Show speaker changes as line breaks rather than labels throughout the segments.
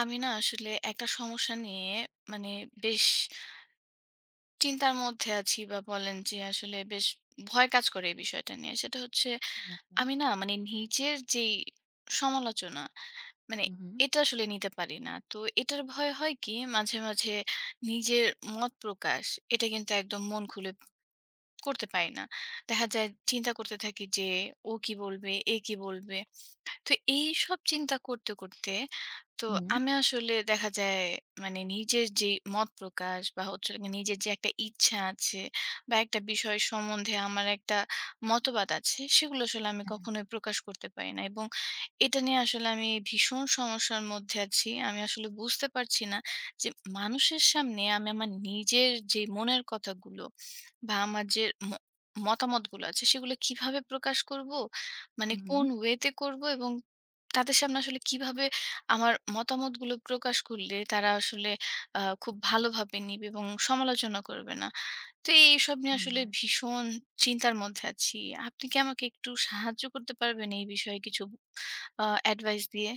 আমি না আসলে একটা সমস্যা নিয়ে মানে বেশ চিন্তার মধ্যে আছি বা বলেন যে আসলে বেশ ভয় কাজ করে এই বিষয়টা নিয়ে। সেটা হচ্ছে
আচ্ছা।
আমি না মানে নিজের যেই সমালোচনা মানে
হু, হু,
এটা আসলে নিতে পারি না। তো এটার ভয় হয় কি মাঝে, মাঝে নিজের মত প্রকাশ এটা কিন্তু একদম মন খুলে করতে পারি না। দেখা যায় চিন্তা করতে থাকি যে ও কি বলবে? এ কি বলবে? তো এইসব চিন্তা করতে, করতে তো
হুম।
আমি আসলে দেখা যায় মানে নিজের যে মত প্রকাশ বা হচ্ছে হলো গিয়ে নিজের যে একটা ইচ্ছা আছে, বা একটা বিষয় সম্বন্ধে আমার একটা মতবাদ আছে, সেগুলো আসলে আমি
হ্যাঁ।
কখনোই প্রকাশ করতে পারি না। এবং এটা নিয়ে আসলে আমি ভীষণ সমস্যার মধ্যে আছি। আমি আসলে বুঝতে পারছি না যে মানুষের সামনে আমি আমার নিজের যে মনের কথাগুলো বা আমার যে ম মতামতগুলো আছে সেগুলো কিভাবে প্রকাশ করব? মানে
হু,
কোন
হু।
ওয়েতে করব এবং তাদের সামনে আসলে কিভাবে আমার মতামতগুলো প্রকাশ করলে তারা আসলে খুব ভালোভাবে নিবে এবং সমালোচনা করবে না। তো এইসব নিয়ে
হুম।
আসলে ভীষণ চিন্তার মধ্যে আছি। আপনি কি আমাকে একটু সাহায্য করতে পারবেন এই বিষয়ে কিছু অ্যাডভাইস দিয়ে?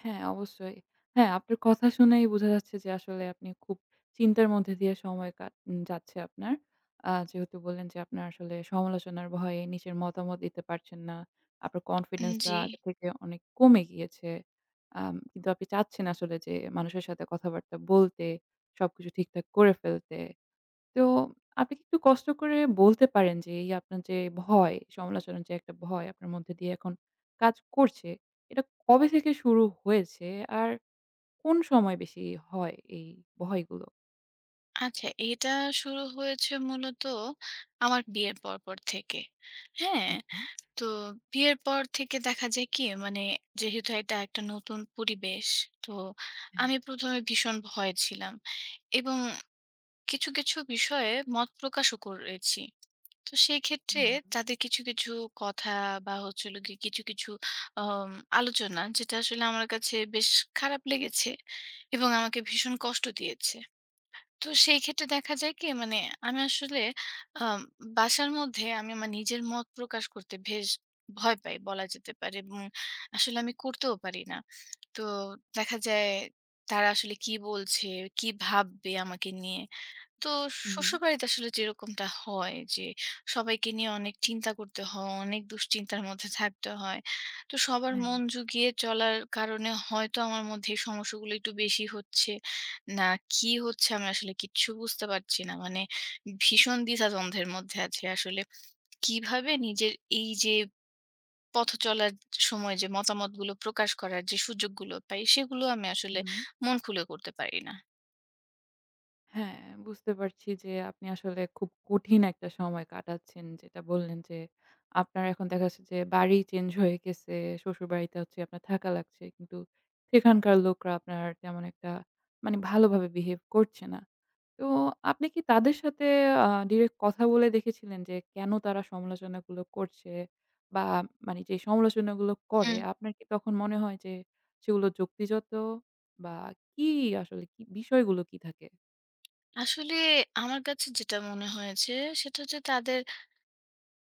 হ্যাঁ, অবশ্যই। হ্যাঁ, আপনার কথা শুনেই বোঝা যাচ্ছে যে আসলে আপনি খুব চিন্তার মধ্যে দিয়ে সময় কাট যাচ্ছে আপনার। যেহেতু বললেন যে আপনার আসলে সমালোচনার ভয়ে নিজের মতামত দিতে পারছেন না। আপনার
উম,
কনফিডেন্স টা
জি।
আগে থেকে অনেক কমে গিয়েছে। কিন্তু আপনি চাচ্ছেন আসলে যে মানুষের সাথে কথাবার্তা বলতে, সবকিছু ঠিকঠাক করে ফেলতে। তো আপনি কি একটু কষ্ট করে বলতে পারেন যে এই আপনার যে ভয়, সমালোচনার যে একটা ভয় আপনার মধ্যে দিয়ে এখন কাজ করছে, এটা কবে থেকে শুরু হয়েছে? আর কোন সময় বেশি হয় এই ভয়গুলো?
আচ্ছা, এটা শুরু হয়েছে মূলত আমার বিয়ের পরপর থেকে। হ্যাঁ?
হুম, হুম।
তো বিয়ের পর থেকে দেখা যায় কি মানে যেহেতু এটা একটা নতুন পরিবেশ, তো
হ্যাঁ।
আমি প্রথমে ভীষণ ভয় ছিলাম এবং কিছু কিছু বিষয়ে মত প্রকাশও করেছি। তো সেই ক্ষেত্রে
হুম, হুম।
তাদের কিছু কিছু কথা, বা হচ্ছিল কি কিছু কিছু আম, আলোচনা, যেটা আসলে আমার কাছে বেশ খারাপ লেগেছে এবং আমাকে ভীষণ কষ্ট দিয়েছে। তো সেই ক্ষেত্রে দেখা যায় কি মানে আমি আসলে আম বাসার মধ্যে আমি আমার নিজের মত প্রকাশ করতে বেশ ভয় পাই বলা যেতে পারে, এবং আসলে আমি করতেও পারি না। তো দেখা যায় তারা আসলে কি বলছে, কি ভাববে আমাকে নিয়ে। তো
হুম,
শ্বশুরবাড়িতে আসলে যেরকমটা হয় যে সবাইকে নিয়ে অনেক চিন্তা করতে হয়, অনেক দুশ্চিন্তার মধ্যে থাকতে হয়। তো সবার
হ্যাঁ।
মন জুগিয়ে চলার কারণে হয়তো আমার মধ্যে এই সমস্যাগুলো একটু বেশি হচ্ছে। না কি হচ্ছে আমি আসলে কিচ্ছু বুঝতে পারছি না। মানে ভীষণ দ্বিধাদ্বন্দ্বের মধ্যে আছি আসলে। কিভাবে নিজের এই যে পথ চলার সময় যে মতামতগুলো প্রকাশ করার যে সুযোগগুলো পাই, সেগুলো আমি আসলে
হুম।
মন খুলে করতে পারি না।
হ্যাঁ, বুঝতে পারছি যে আপনি আসলে খুব কঠিন একটা সময় কাটাচ্ছেন। যেটা বললেন যে আপনার এখন দেখা যাচ্ছে যে বাড়ি চেঞ্জ হয়ে গেছে। শ্বশুরবাড়িতে হচ্ছে আপনার থাকা লাগছে। কিন্তু সেখানকার লোকরা আপনার তেমন একটা মানে ভালোভাবে বিহেভ করছে না। তো আপনি কি তাদের সাথে ডিরেক্ট কথা বলে দেখেছিলেন যে কেন তারা সমালোচনাগুলো করছে? বা মানে যে সমালোচনাগুলো করে আপনার কি তখন মনে হয় যে সেগুলো যুক্তিযুক্ত বা কি আসলে কি বিষয়গুলো কি থাকে?
আসলে আমার কাছে যেটা মনে হয়েছে, সেটা হচ্ছে তাদের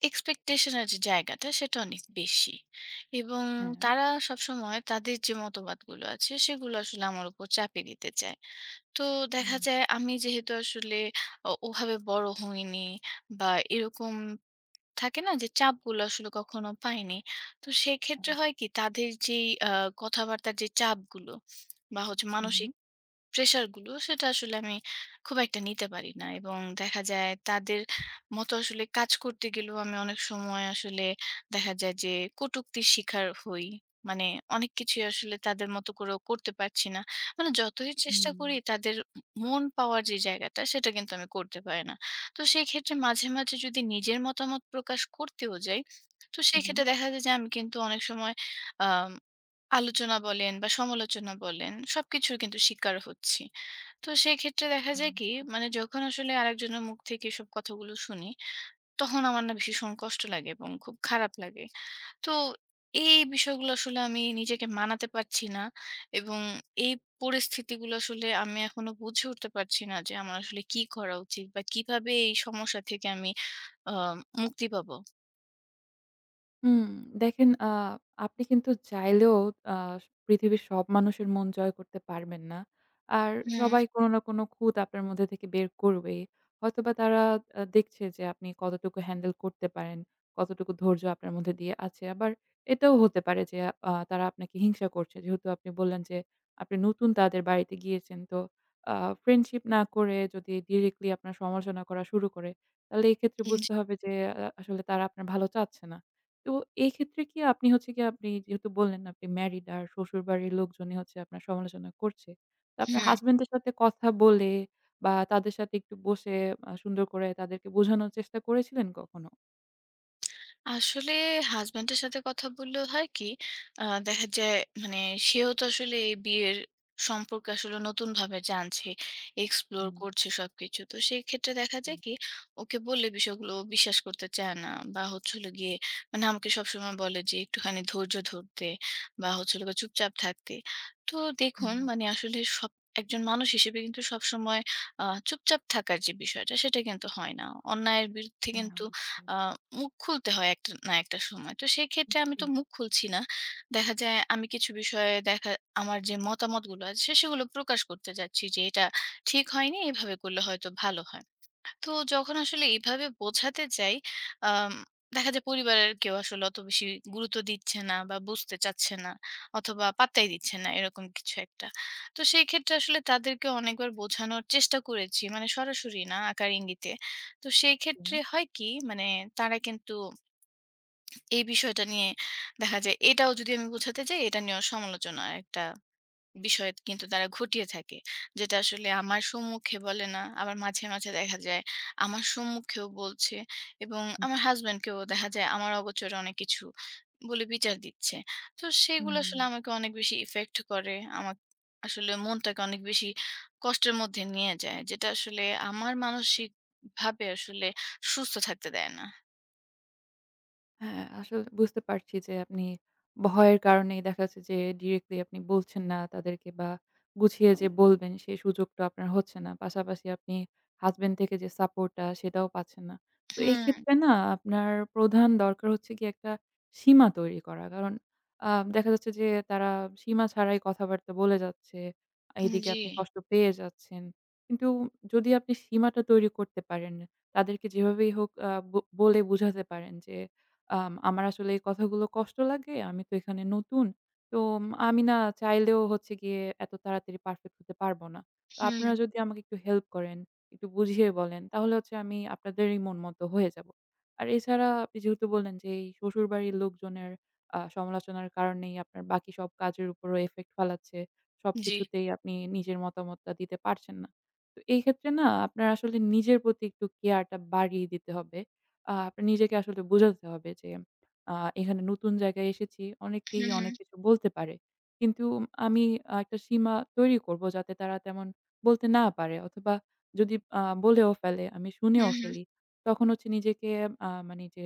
এক্সপেকটেশনের যে জায়গাটা সেটা অনেক বেশি, এবং
হ্যাঁ।
তারা সবসময় তাদের যে মতবাদগুলো আছে সেগুলো আসলে আমার উপর চাপিয়ে দিতে চায়। তো
হুম,
দেখা যায় আমি যেহেতু আসলে ওভাবে বড় হইনি, বা এরকম থাকে না যে চাপগুলো আসলে কখনো পাইনি। তো সেক্ষেত্রে হয় কি তাদের যেই কথাবার্তার যে চাপগুলো বা হচ্ছে
হু, হু,
মানসিক প্রেশার গুলো, সেটা আসলে আমি খুব একটা নিতে পারি না, এবং দেখা যায় তাদের মতো আসলে কাজ করতে গেলেও আমি অনেক সময় আসলে দেখা যায় যে কটূক্তির শিকার হই। মানে অনেক কিছু আসলে তাদের মতো করেও করতে পারছি না। মানে যতই চেষ্টা
হুম,
করি তাদের মন পাওয়ার যে জায়গাটা, সেটা কিন্তু আমি করতে পারি না। তো সেই ক্ষেত্রে মাঝে মাঝে যদি নিজের মতামত প্রকাশ করতেও যাই, তো
হু,
সেই
হু,
ক্ষেত্রে দেখা যায় যে আমি কিন্তু অনেক সময় আলোচনা বলেন বা সমালোচনা বলেন, সবকিছুর কিন্তু শিকার হচ্ছি। তো সেক্ষেত্রে দেখা
হ্যাঁ।
যায় কি মানে যখন আসলে আরেকজনের মুখ থেকে এসব কথাগুলো শুনি, তখন আমার না ভীষণ কষ্ট লাগে এবং খুব খারাপ লাগে। তো এই বিষয়গুলো আসলে আমি নিজেকে মানাতে পারছি না, এবং এই পরিস্থিতিগুলো আসলে আমি এখনো বুঝে উঠতে পারছি না যে আমার আসলে কি করা উচিত, বা কিভাবে এই সমস্যা থেকে আমি আ মুক্তি পাবো?
হুম, দেখেন আপনি কিন্তু চাইলেও আ পৃথিবীর সব মানুষের মন জয় করতে পারবেন না। আর
হুম,
সবাই কোনো না কোনো খুঁত আপনার মধ্যে থেকে বের করবেই। হয়তোবা তারা দেখছে যে আপনি কতটুকু হ্যান্ডেল করতে পারেন, কতটুকু ধৈর্য আপনার মধ্যে দিয়ে আছে। আবার এটাও হতে পারে যে তারা আপনাকে হিংসা করছে। যেহেতু আপনি বললেন যে আপনি নতুন তাদের বাড়িতে গিয়েছেন। তো আ ফ্রেন্ডশিপ না করে যদি ডিরেক্টলি আপনার সমালোচনা করা শুরু করে, তাহলে এক্ষেত্রে
জি,
বুঝতে হবে যে আসলে তারা আপনার ভালো চাচ্ছে না। তো এক্ষেত্রে কি আপনি হচ্ছে গিয়ে আপনি যেহেতু বললেন আপনি ম্যারিড আর শ্বশুরবাড়ির লোকজনই হচ্ছে আপনার সমালোচনা করছে। তো আপনার
হুম।
হাসব্যান্ডের সাথে কথা বলে বা তাদের সাথে একটু বসে সুন্দর করে তাদেরকে বোঝানোর চেষ্টা করেছিলেন কখনো?
আসলে হাসব্যান্ডের সাথে কথা বললেও হয় কি দেখা যায় মানে সেও তো আসলে এই বিয়ের সম্পর্কে আসলে নতুন ভাবে জানছে, এক্সপ্লোর
হুম,
করছে সবকিছু। তো সেই ক্ষেত্রে দেখা
জি।
যায় কি ওকে বললে বিষয়গুলো ও বিশ্বাস করতে চায় না, বা হচ্ছে হলো গিয়ে মানে আমাকে সবসময় বলে যে একটুখানি ধৈর্য ধরতে, বা হচ্ছে হলো গিয়ে চুপচাপ থাকতে। তো দেখুন
হ্যাঁ,
মানে আসলে সব একজন মানুষ হিসেবে কিন্তু সবসময় চুপচাপ থাকার যে বিষয়টা, সেটা কিন্তু হয় না। অন্যায়ের বিরুদ্ধে
হ্যাঁ
কিন্তু
অবশ্যই।
আ মুখ খুলতে হয় একটা না একটা সময়। তো
জি,
সেক্ষেত্রে আমি তো
জি।
মুখ খুলছি না। দেখা যায় আমি কিছু বিষয়ে দেখা আমার যে মতামতগুলো আছে সেগুলো প্রকাশ করতে যাচ্ছি যে এটা ঠিক হয়নি, এভাবে করলে হয়তো ভালো হয়। তো যখন আসলে এভাবে বোঝাতে যাই, আম দেখা যায় পরিবারের কেউ আসলে অত বেশি গুরুত্ব দিচ্ছে না বা বুঝতে চাচ্ছে না, অথবা পাত্তাই দিচ্ছে না এরকম কিছু একটা। তো সেই ক্ষেত্রে আসলে তাদেরকে অনেকবার বোঝানোর চেষ্টা করেছি। মানে সরাসরি না, আকার ইঙ্গিতে। তো সেই ক্ষেত্রে হয় কি মানে তারা কিন্তু এই বিষয়টা নিয়ে দেখা যায় এটাও যদি আমি বোঝাতে যাই, এটা নিয়েও সমালোচনার একটা বিষয় কিন্তু তারা ঘটিয়ে থাকে। যেটা আসলে আমার সম্মুখে বলে না, আবার মাঝে, মাঝে দেখা যায় আমার সম্মুখেও বলছে, এবং আমার
ওকে।
হাসব্যান্ডকেও দেখা যায় আমার অগোচরে অনেক কিছু বলে বিচার দিচ্ছে। তো সেগুলো
হুম।
আসলে আমাকে অনেক বেশি ইফেক্ট করে। আমার আসলে মনটাকে অনেক বেশি কষ্টের মধ্যে নিয়ে যায়। যেটা আসলে আমার মানসিকভাবে আসলে সুস্থ থাকতে দেয় না।
হ্যাঁ, আসলে বুঝতে পারছি যে আপনি ভয়ের কারণেই দেখা যাচ্ছে যে ডিরেক্টলি আপনি বলছেন না তাদেরকে বা গুছিয়ে যে বলবেন সেই সুযোগটা আপনার হচ্ছে না। পাশাপাশি আপনি হাসব্যান্ড থেকে যে সাপোর্টটা সেটাও পাচ্ছেন না। তো এই
হুম,
ক্ষেত্রে না আপনার প্রধান দরকার হচ্ছে গিয়ে একটা সীমা তৈরি করা। কারণ আ দেখা যাচ্ছে যে তারা সীমা ছাড়াই কথাবার্তা বলে যাচ্ছে। এদিকে
জি,
আপনি কষ্ট পেয়ে যাচ্ছেন। কিন্তু যদি আপনি সীমাটা তৈরি করতে পারেন, তাদেরকে যেভাবেই হোক আ ব বলে বুঝাতে পারেন যে আমার আসলে এই কথাগুলো কষ্ট লাগে। আমি তো এখানে নতুন। তো আমি না চাইলেও হচ্ছে গিয়ে এত তাড়াতাড়ি পারফেক্ট হতে পারবো না। তো
হুম,
আপনারা যদি আমাকে একটু হেল্প করেন, একটু বুঝিয়ে বলেন, তাহলে হচ্ছে আমি আপনাদেরই মন মতো হয়ে যাব। আর এছাড়া আপনি যেহেতু বললেন যে এই শ্বশুরবাড়ির লোকজনের সমালোচনার কারণেই আপনার বাকি সব কাজের উপরও ইফেক্ট ফালাচ্ছে।
জি,
সবকিছুতেই আপনি নিজের মতামতটা দিতে পারছেন না। তো এই ক্ষেত্রে না আপনার আসলে নিজের প্রতি একটু কেয়ারটা বাড়িয়ে দিতে হবে। আপনার নিজেকে আসলে বোঝাতে হবে যে আ এখানে নতুন জায়গায় এসেছি। অনেকেই
হুম, হুম,
অনেক কিছু বলতে পারে। কিন্তু আমি একটা সীমা তৈরি করব যাতে তারা তেমন বলতে না পারে অথবা যদি বলেও ফেলে, আমি শুনেও
হুম,
ফেলি। তখন হচ্ছে নিজেকে মানে যে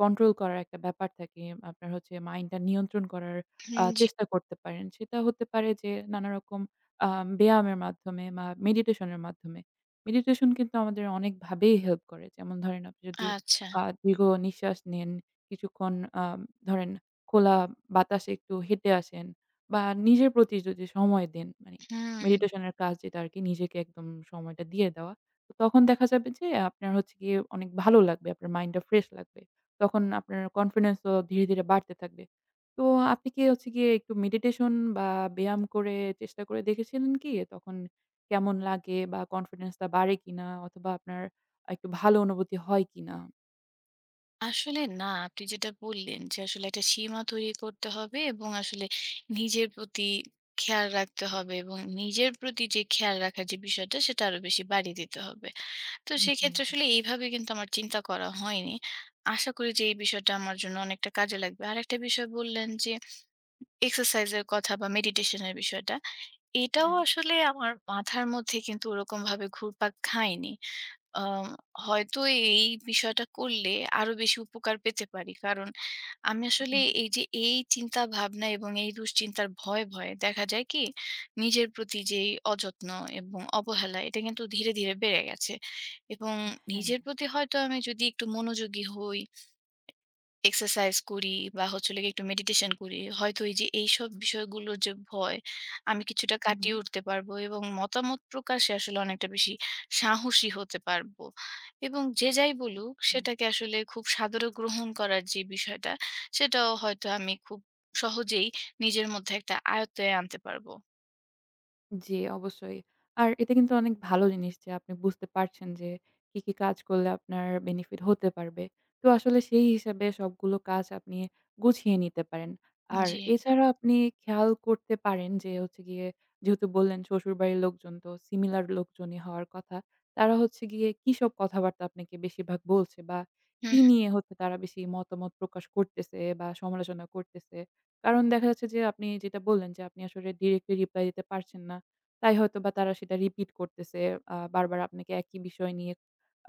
কন্ট্রোল করার একটা ব্যাপার থাকে। আপনার হচ্ছে মাইন্ডটা নিয়ন্ত্রণ করার
হুম, জি,
চেষ্টা করতে পারেন। সেটা হতে পারে যে নানারকম আ ব্যায়ামের মাধ্যমে বা মেডিটেশন এর মাধ্যমে। মেডিটেশন কিন্তু আমাদের অনেকভাবেই হেল্প করে। যেমন ধরেন আপনি যদি
আচ্ছা,
আ দীর্ঘ নিঃশ্বাস নেন। কিছুক্ষণ আ ধরেন খোলা বাতাসে একটু হেঁটে আসেন বা নিজের প্রতি যদি সময় দেন মানে
হুম।
মেডিটেশনের কাজ যেটা আরকি নিজেকে একদম সময়টা দিয়ে দেওয়া। তো তখন দেখা যাবে যে আপনার হচ্ছে গিয়ে অনেক ভালো লাগবে। আপনার মাইন্ডটা ফ্রেশ লাগবে। তখন আপনার কনফিডেন্স ও ধীরে, ধীরে বাড়তে থাকবে। তো আপনি কি হচ্ছে গিয়ে একটু মেডিটেশন বা ব্যায়াম করে চেষ্টা করে দেখেছিলেন কি? তখন কেমন লাগে বা কনফিডেন্স টা বাড়ে কিনা? অথবা আপনার একটু ভালো অনুভূতি হয় কিনা?
আসলে না, আপনি যেটা বললেন যে আসলে একটা সীমা তৈরি করতে হবে, এবং আসলে নিজের প্রতি খেয়াল রাখতে হবে, এবং নিজের প্রতি যে খেয়াল রাখার যে বিষয়টা, সেটা আরো বেশি বাড়িয়ে দিতে হবে। তো
জি,
সেক্ষেত্রে আসলে এইভাবে কিন্তু আমার চিন্তা করা হয়নি। আশা করি যে এই বিষয়টা আমার জন্য অনেকটা কাজে লাগবে। আরেকটা বিষয় বললেন যে এক্সারসাইজ এর কথা, বা মেডিটেশন এর বিষয়টা। এটাও
হ্যাঁ,
আসলে আমার মাথার মধ্যে কিন্তু ওরকমভাবে ঘুরপাক খায়নি। আম হয়তো এই বিষয়টা করলে আরো বেশি উপকার পেতে পারি। কারণ আমি
হু,
আসলে
হু,
এই যে এই চিন্তা ভাবনা এবং এই দুশ্চিন্তার ভয়ে, ভয়ে দেখা যায় কি নিজের প্রতি যেই অযত্ন এবং অবহেলা, এটা কিন্তু ধীরে, ধীরে বেড়ে গেছে। এবং
হ্যাঁ,
নিজের প্রতি হয়তো আমি যদি একটু মনোযোগী হই, এক্সারসাইজ করি, বা হচ্ছে হলো গিয়ে একটু মেডিটেশন করি, হয়তো এই যে এইসব বিষয়গুলোর যে ভয়, আমি কিছুটা
হু, হু।
কাটিয়ে উঠতে পারবো, এবং মতামত প্রকাশে আসলে অনেকটা বেশি সাহসী হতে পারবো। এবং যে যাই বলুক, সেটাকে আসলে খুব সাদরে গ্রহণ করার যে বিষয়টা, সেটাও হয়তো আমি খুব সহজেই নিজের মধ্যে একটা আয়ত্তে আনতে পারবো।
জি, অবশ্যই। আর এটা কিন্তু অনেক ভালো জিনিস যে আপনি বুঝতে পারছেন যে কি, কি কাজ করলে আপনার বেনিফিট হতে পারবে। তো আসলে সেই হিসাবে সবগুলো কাজ আপনি গুছিয়ে নিতে পারেন। আর
জি।
এছাড়া আপনি খেয়াল করতে পারেন যে হচ্ছে গিয়ে যেহেতু বললেন শ্বশুরবাড়ির লোকজন তো সিমিলার লোকজনই হওয়ার কথা। তারা হচ্ছে গিয়ে কি সব কথাবার্তা আপনাকে বেশিরভাগ বলছে বা
হুম,
কি নিয়ে হচ্ছে তারা বেশি মতামত প্রকাশ করতেছে বা সমালোচনা করতেছে? কারণ দেখা যাচ্ছে যে আপনি যেটা বললেন যে আপনি আসলে ডিরেক্টলি রিপ্লাই দিতে পারছেন না। তাই হয়তোবা তারা সেটা রিপিট করতেছে। বারবার আপনাকে একই বিষয় নিয়ে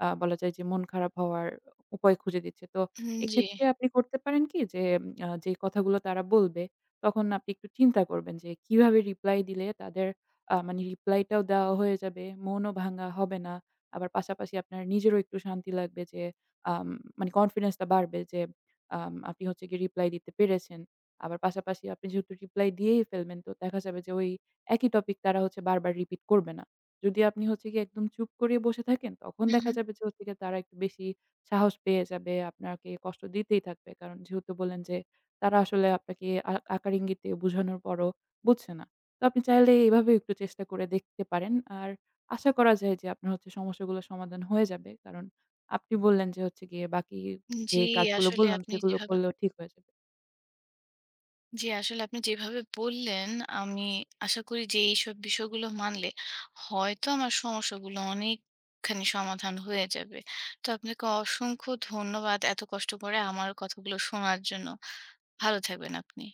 বলা যায় যে মন খারাপ হওয়ার উপায় খুঁজে দিচ্ছে। তো
হুম, জি।
এক্ষেত্রে আপনি করতে পারেন কি যে যে কথাগুলো তারা বলবে তখন আপনি একটু চিন্তা করবেন যে কিভাবে রিপ্লাই দিলে তাদের মানে রিপ্লাইটাও দেওয়া হয়ে যাবে, মনও ভাঙা হবে না। আবার পাশাপাশি আপনার নিজেরও একটু শান্তি লাগবে যে আম মানে কনফিডেন্সটা বাড়বে যে আপনি হচ্ছে গিয়ে রিপ্লাই দিতে পেরেছেন। আবার পাশাপাশি আপনি যেহেতু রিপ্লাই দিয়েই ফেলবেন তো দেখা যাবে যে ওই একই টপিক তারা হচ্ছে বারবার রিপিট করবে না। যদি আপনি হচ্ছে গিয়ে একদম চুপ করে বসে থাকেন, তখন
হুম,
দেখা
হুম।
যাবে যে হচ্ছে গিয়ে তারা একটু বেশি সাহস পেয়ে যাবে, আপনাকে কষ্ট দিতেই থাকবে। কারণ যেহেতু বললেন যে তারা আসলে আপনাকে আকার ইঙ্গিতে বোঝানোর পরও বুঝছে না। তো আপনি চাইলে এভাবে একটু চেষ্টা করে দেখতে পারেন। আর আশা করা যায় যে আপনার হচ্ছে সমস্যাগুলো সমাধান হয়ে যাবে। কারণ আপনি বললেন যে হচ্ছে গিয়ে বাকি যে
জি,
কাজগুলো
আসলে
বললাম
আপনি
সেগুলো
যেভাবে
করলেও ঠিক হয়ে যাবে।
জি, আসলে আপনি যেভাবে বললেন, আমি আশা করি যে এইসব বিষয়গুলো মানলে হয়তো আমার সমস্যাগুলো অনেকখানি সমাধান হয়ে যাবে। তো আপনাকে অসংখ্য ধন্যবাদ এত কষ্ট করে আমার কথাগুলো শোনার জন্য। ভালো থাকবেন আপনি।